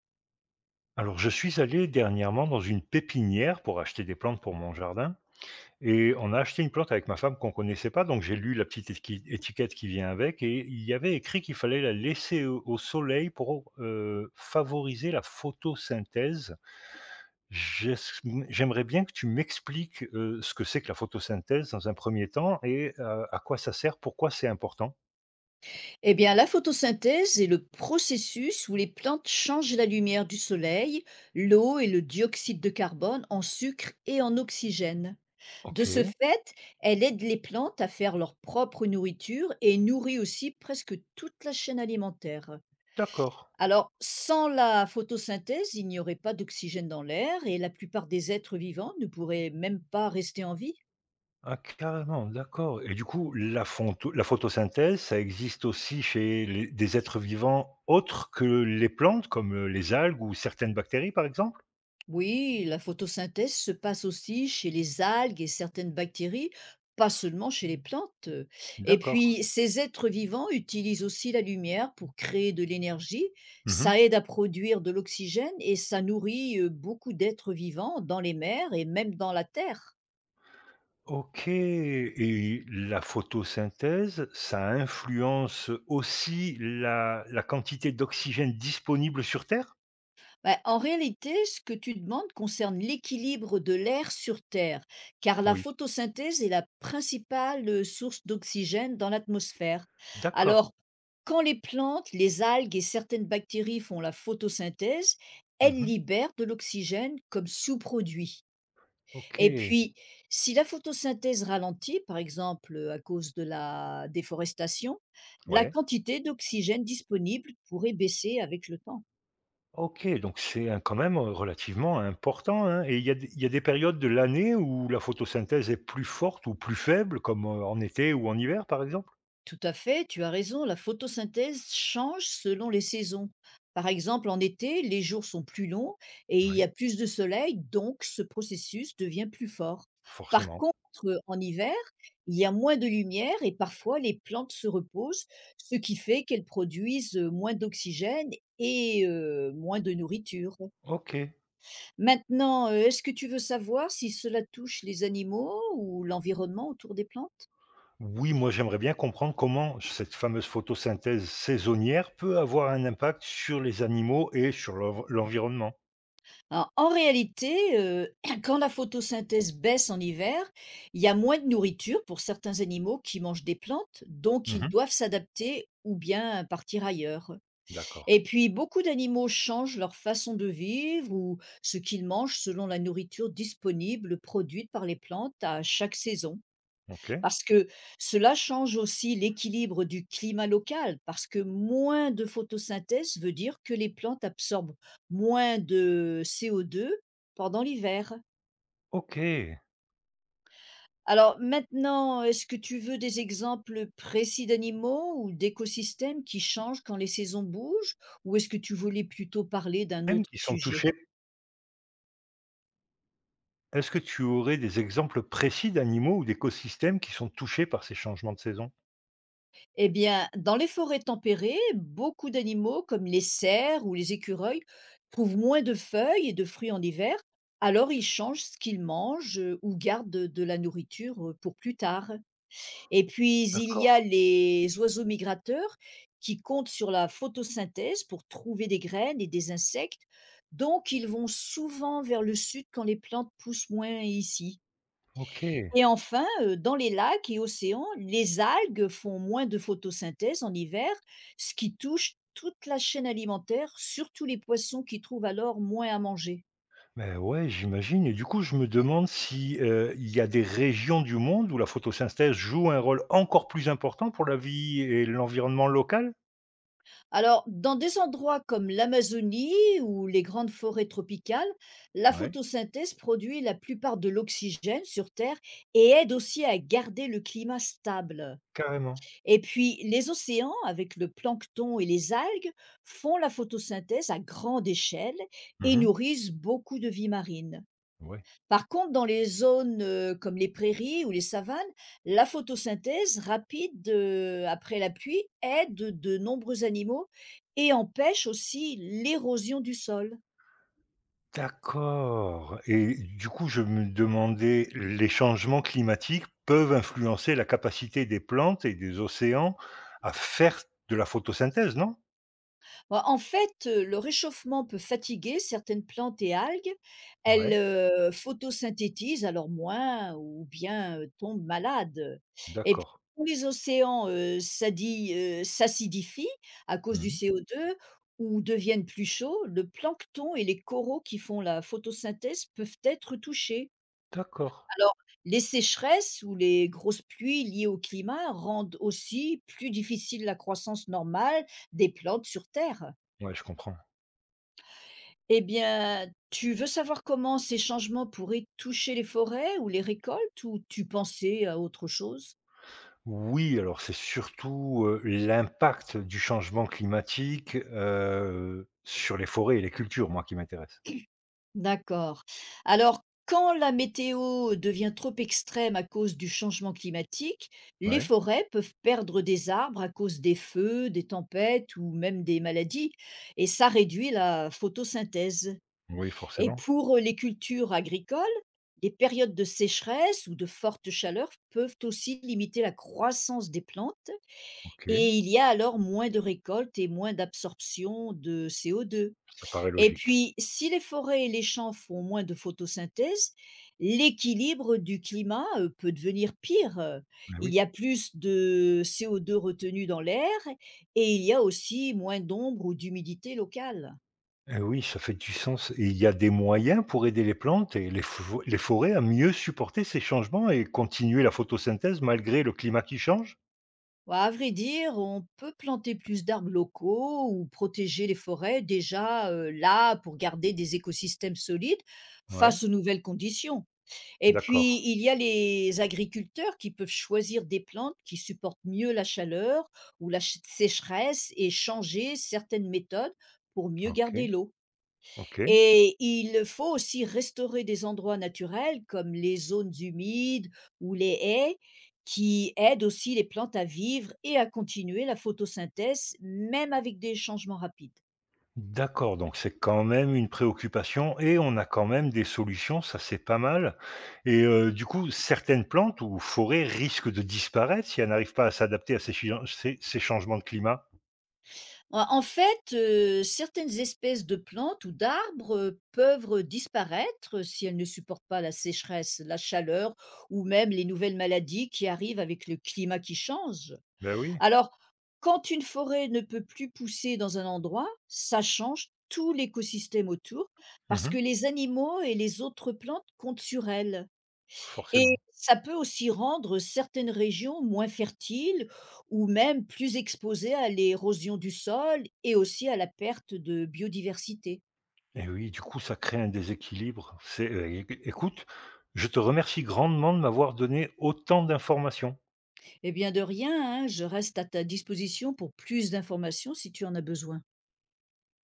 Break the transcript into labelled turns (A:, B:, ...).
A: Alors, je suis allé dernièrement dans une pépinière pour acheter des plantes pour mon jardin. Et on a acheté une plante avec ma femme qu'on connaissait pas, donc j'ai lu la petite étiquette qui vient avec et il y avait écrit qu'il fallait la laisser au soleil pour favoriser la photosynthèse. J'es- J'aimerais bien que tu m'expliques ce que c'est que la photosynthèse dans un premier temps et à quoi ça sert, pourquoi c'est important.
B: Eh bien, la photosynthèse est le processus où les plantes changent la lumière du soleil, l'eau et le dioxyde de carbone en sucre et en oxygène. De
A: Ok,
B: ce fait, elle aide les plantes à faire leur propre nourriture et nourrit aussi presque toute la chaîne alimentaire.
A: d'accord.
B: Alors, sans la photosynthèse, il n'y aurait pas d'oxygène dans l'air et la plupart des êtres vivants ne pourraient même pas rester en vie.
A: Ah carrément, d'accord, et du coup la fonto la photosynthèse, ça existe aussi chez les des êtres vivants autres que les plantes comme, les algues ou certaines bactéries par exemple?
B: Oui, la photosynthèse se passe aussi chez les algues et certaines bactéries, pas seulement chez les plantes. Et
A: D'accord.
B: puis, ces êtres vivants utilisent aussi la lumière pour créer de l'énergie.
A: Mmh.
B: Ça aide à produire de l'oxygène et ça nourrit beaucoup d'êtres vivants dans les mers et même dans la terre.
A: OK, et la photosynthèse, ça influence aussi la quantité d'oxygène disponible sur Terre?
B: Bah, en réalité, ce que tu demandes concerne l'équilibre de l'air sur Terre, car la
A: Oui.
B: photosynthèse est la principale source d'oxygène dans l'atmosphère. Alors,
A: D'accord.
B: quand les plantes, les algues et certaines bactéries font la photosynthèse, elles
A: Mmh.
B: libèrent de l'oxygène comme sous-produit. Et
A: OK.
B: puis, si la photosynthèse ralentit, par exemple à cause de la déforestation, la
A: Ouais.
B: quantité d'oxygène disponible pourrait baisser avec le temps.
A: OK, donc c'est un quand même, relativement important, hein, et il y a des périodes de l'année où la photosynthèse est plus forte ou plus faible comme, en été ou en hiver, par exemple?
B: Tout à fait, tu as raison, la photosynthèse change selon les saisons. Par exemple, en été, les jours sont plus longs et il y
A: Oui,
B: a plus de soleil, donc ce processus devient plus fort. Par
A: forcément.
B: contre, en hiver, il y a moins de lumière et parfois les plantes se reposent, ce qui fait qu'elles produisent moins d'oxygène et moins de nourriture.
A: OK.
B: Maintenant, est-ce que tu veux savoir si cela touche les animaux ou l'environnement autour des plantes?
A: Oui, moi, j'aimerais bien comprendre comment cette fameuse photosynthèse saisonnière peut avoir un impact sur les animaux et sur l'environnement.
B: Alors, en réalité, quand la photosynthèse baisse en hiver, il y a moins de nourriture pour certains animaux qui mangent des plantes, donc ils
A: Mmh.
B: doivent s'adapter ou bien partir ailleurs.
A: D'accord.
B: Et puis, beaucoup d'animaux changent leur façon de vivre ou ce qu'ils mangent selon la nourriture disponible produite par les plantes à chaque saison.
A: OK.
B: Parce que cela change aussi l'équilibre du climat local, parce que moins de photosynthèse veut dire que les plantes absorbent moins de CO2 pendant l'hiver.
A: OK.
B: Alors maintenant, est-ce que tu veux des exemples précis d'animaux ou d'écosystèmes qui changent quand les saisons bougent, ou est-ce que tu voulais plutôt parler d'un
A: Même
B: autre
A: qui sont
B: sujet?
A: touchés, est-ce que tu aurais des exemples précis d'animaux ou d'écosystèmes qui sont touchés par ces changements de saison?
B: Eh bien, dans les forêts tempérées, beaucoup d'animaux comme les cerfs ou les écureuils trouvent moins de feuilles et de fruits en hiver, alors ils changent ce qu'ils mangent ou gardent de la nourriture pour plus tard. Et puis, il
A: D'accord.
B: y a les oiseaux migrateurs qui comptent sur la photosynthèse pour trouver des graines et des insectes, donc ils vont souvent vers le sud quand les plantes poussent moins ici.
A: OK.
B: Et enfin, dans les lacs et océans, les algues font moins de photosynthèse en hiver, ce qui touche toute la chaîne alimentaire, surtout les poissons qui trouvent alors moins à manger.
A: Beh, ouais, j'imagine, et du coup, je me demande si, il y a des régions du monde où la photosynthèse joue un rôle encore plus important pour la vie et l'environnement local?
B: Alors, dans des endroits comme l'Amazonie ou les grandes forêts tropicales, la
A: Ouais.
B: photosynthèse produit la plupart de l'oxygène sur Terre et aide aussi à garder le climat stable.
A: Carrément.
B: Et puis, les océans, avec le plancton et les algues, font la photosynthèse à grande échelle et
A: Mmh.
B: nourrissent beaucoup de vie marine.
A: Ouais.
B: Par contre, dans les zones comme les prairies ou les savanes, la photosynthèse rapide après la pluie aide de nombreux animaux et empêche aussi l'érosion du sol.
A: D'accord, et du coup, je me demandais, les changements climatiques peuvent influencer la capacité des plantes et des océans à faire de la photosynthèse, non?
B: Bah, en fait, le réchauffement peut fatiguer certaines plantes et algues. Elles,
A: Ouais,
B: photosynthétisent alors moins ou bien, tombent malades. Et puis
A: d'accord.
B: quand les océans, s'acidifient à cause du
A: Mmh.
B: CO2 ou deviennent plus chauds, le plancton et les coraux qui font la photosynthèse peuvent être touchés.
A: D'accord.
B: Alors, les sécheresses ou les grosses pluies liées au climat rendent aussi plus difficile la croissance normale des plantes sur terre.
A: Ouais, je comprends.
B: Eh bien, tu veux savoir comment ces changements pourraient toucher les forêts ou les récoltes ou tu pensais à autre chose?
A: Oui, alors c'est surtout, l'impact du changement climatique, sur les forêts et les cultures, moi, qui m'intéresse.
B: D'accord. Alors, quand la météo devient trop extrême à cause du changement climatique, les
A: Ouais,
B: forêts peuvent perdre des arbres à cause des feux, des tempêtes ou même des maladies, et ça réduit la photosynthèse.
A: oui,
B: Et
A: forcément.
B: pour les cultures agricoles, les périodes de sécheresse ou de forte chaleur peuvent aussi limiter la croissance des plantes
A: OK,
B: et il y a alors moins de récoltes et moins d'absorption de CO2.
A: ça paraît
B: Et
A: logique.
B: puis, si les forêts et les champs font moins de photosynthèse, l'équilibre du climat peut devenir pire.
A: Mais
B: Il
A: oui.
B: y a plus de CO2 retenu dans l'air et il y a aussi moins d'ombre ou d'humidité locale.
A: Et oui, ça fait du sens, et il y a des moyens pour aider les plantes et les forêts à mieux supporter ces changements et continuer la photosynthèse malgré le climat qui change?
B: Ouais, à vrai dire, on peut planter plus d'arbres locaux ou protéger les forêts déjà là pour garder des écosystèmes solides
A: Ouais,
B: face aux nouvelles conditions. Et puis,
A: d'accord.
B: il y a les agriculteurs qui peuvent choisir des plantes qui supportent mieux la chaleur ou la sécheresse et changer certaines méthodes pour mieux garder
A: OK,
B: l'eau.
A: OK.
B: Et il faut aussi restaurer des endroits naturels comme les zones humides ou les haies qui aident aussi les plantes à vivre et à continuer la photosynthèse même avec des changements rapides.
A: D'accord, donc c'est quand même une préoccupation et on a quand même des solutions, ça c'est pas mal, et du coup, certaines plantes ou forêts risquent de disparaître si elles n'arrivent pas à s'adapter à ces chi ces ces changements de climat?
B: En fait, certaines espèces de plantes ou d'arbres, peuvent disparaître si elles ne supportent pas la sécheresse, la chaleur ou même les nouvelles maladies qui arrivent avec le climat qui change.
A: Ben oui,
B: Alors, quand une forêt ne peut plus pousser dans un endroit, ça change tout l'écosystème autour parce que
A: mmh,
B: les animaux et les autres plantes comptent sur elle. Et
A: forcément,
B: ça peut aussi rendre certaines régions moins fertiles ou même plus exposées à l'érosion du sol et aussi à la perte de biodiversité.
A: et oui, du coup, ça crée un déséquilibre. C'est, éc écoute, je te remercie grandement de m'avoir donné autant d'informations.
B: Eh bien de rien, hein, je reste à ta disposition pour plus d'informations si tu en as besoin.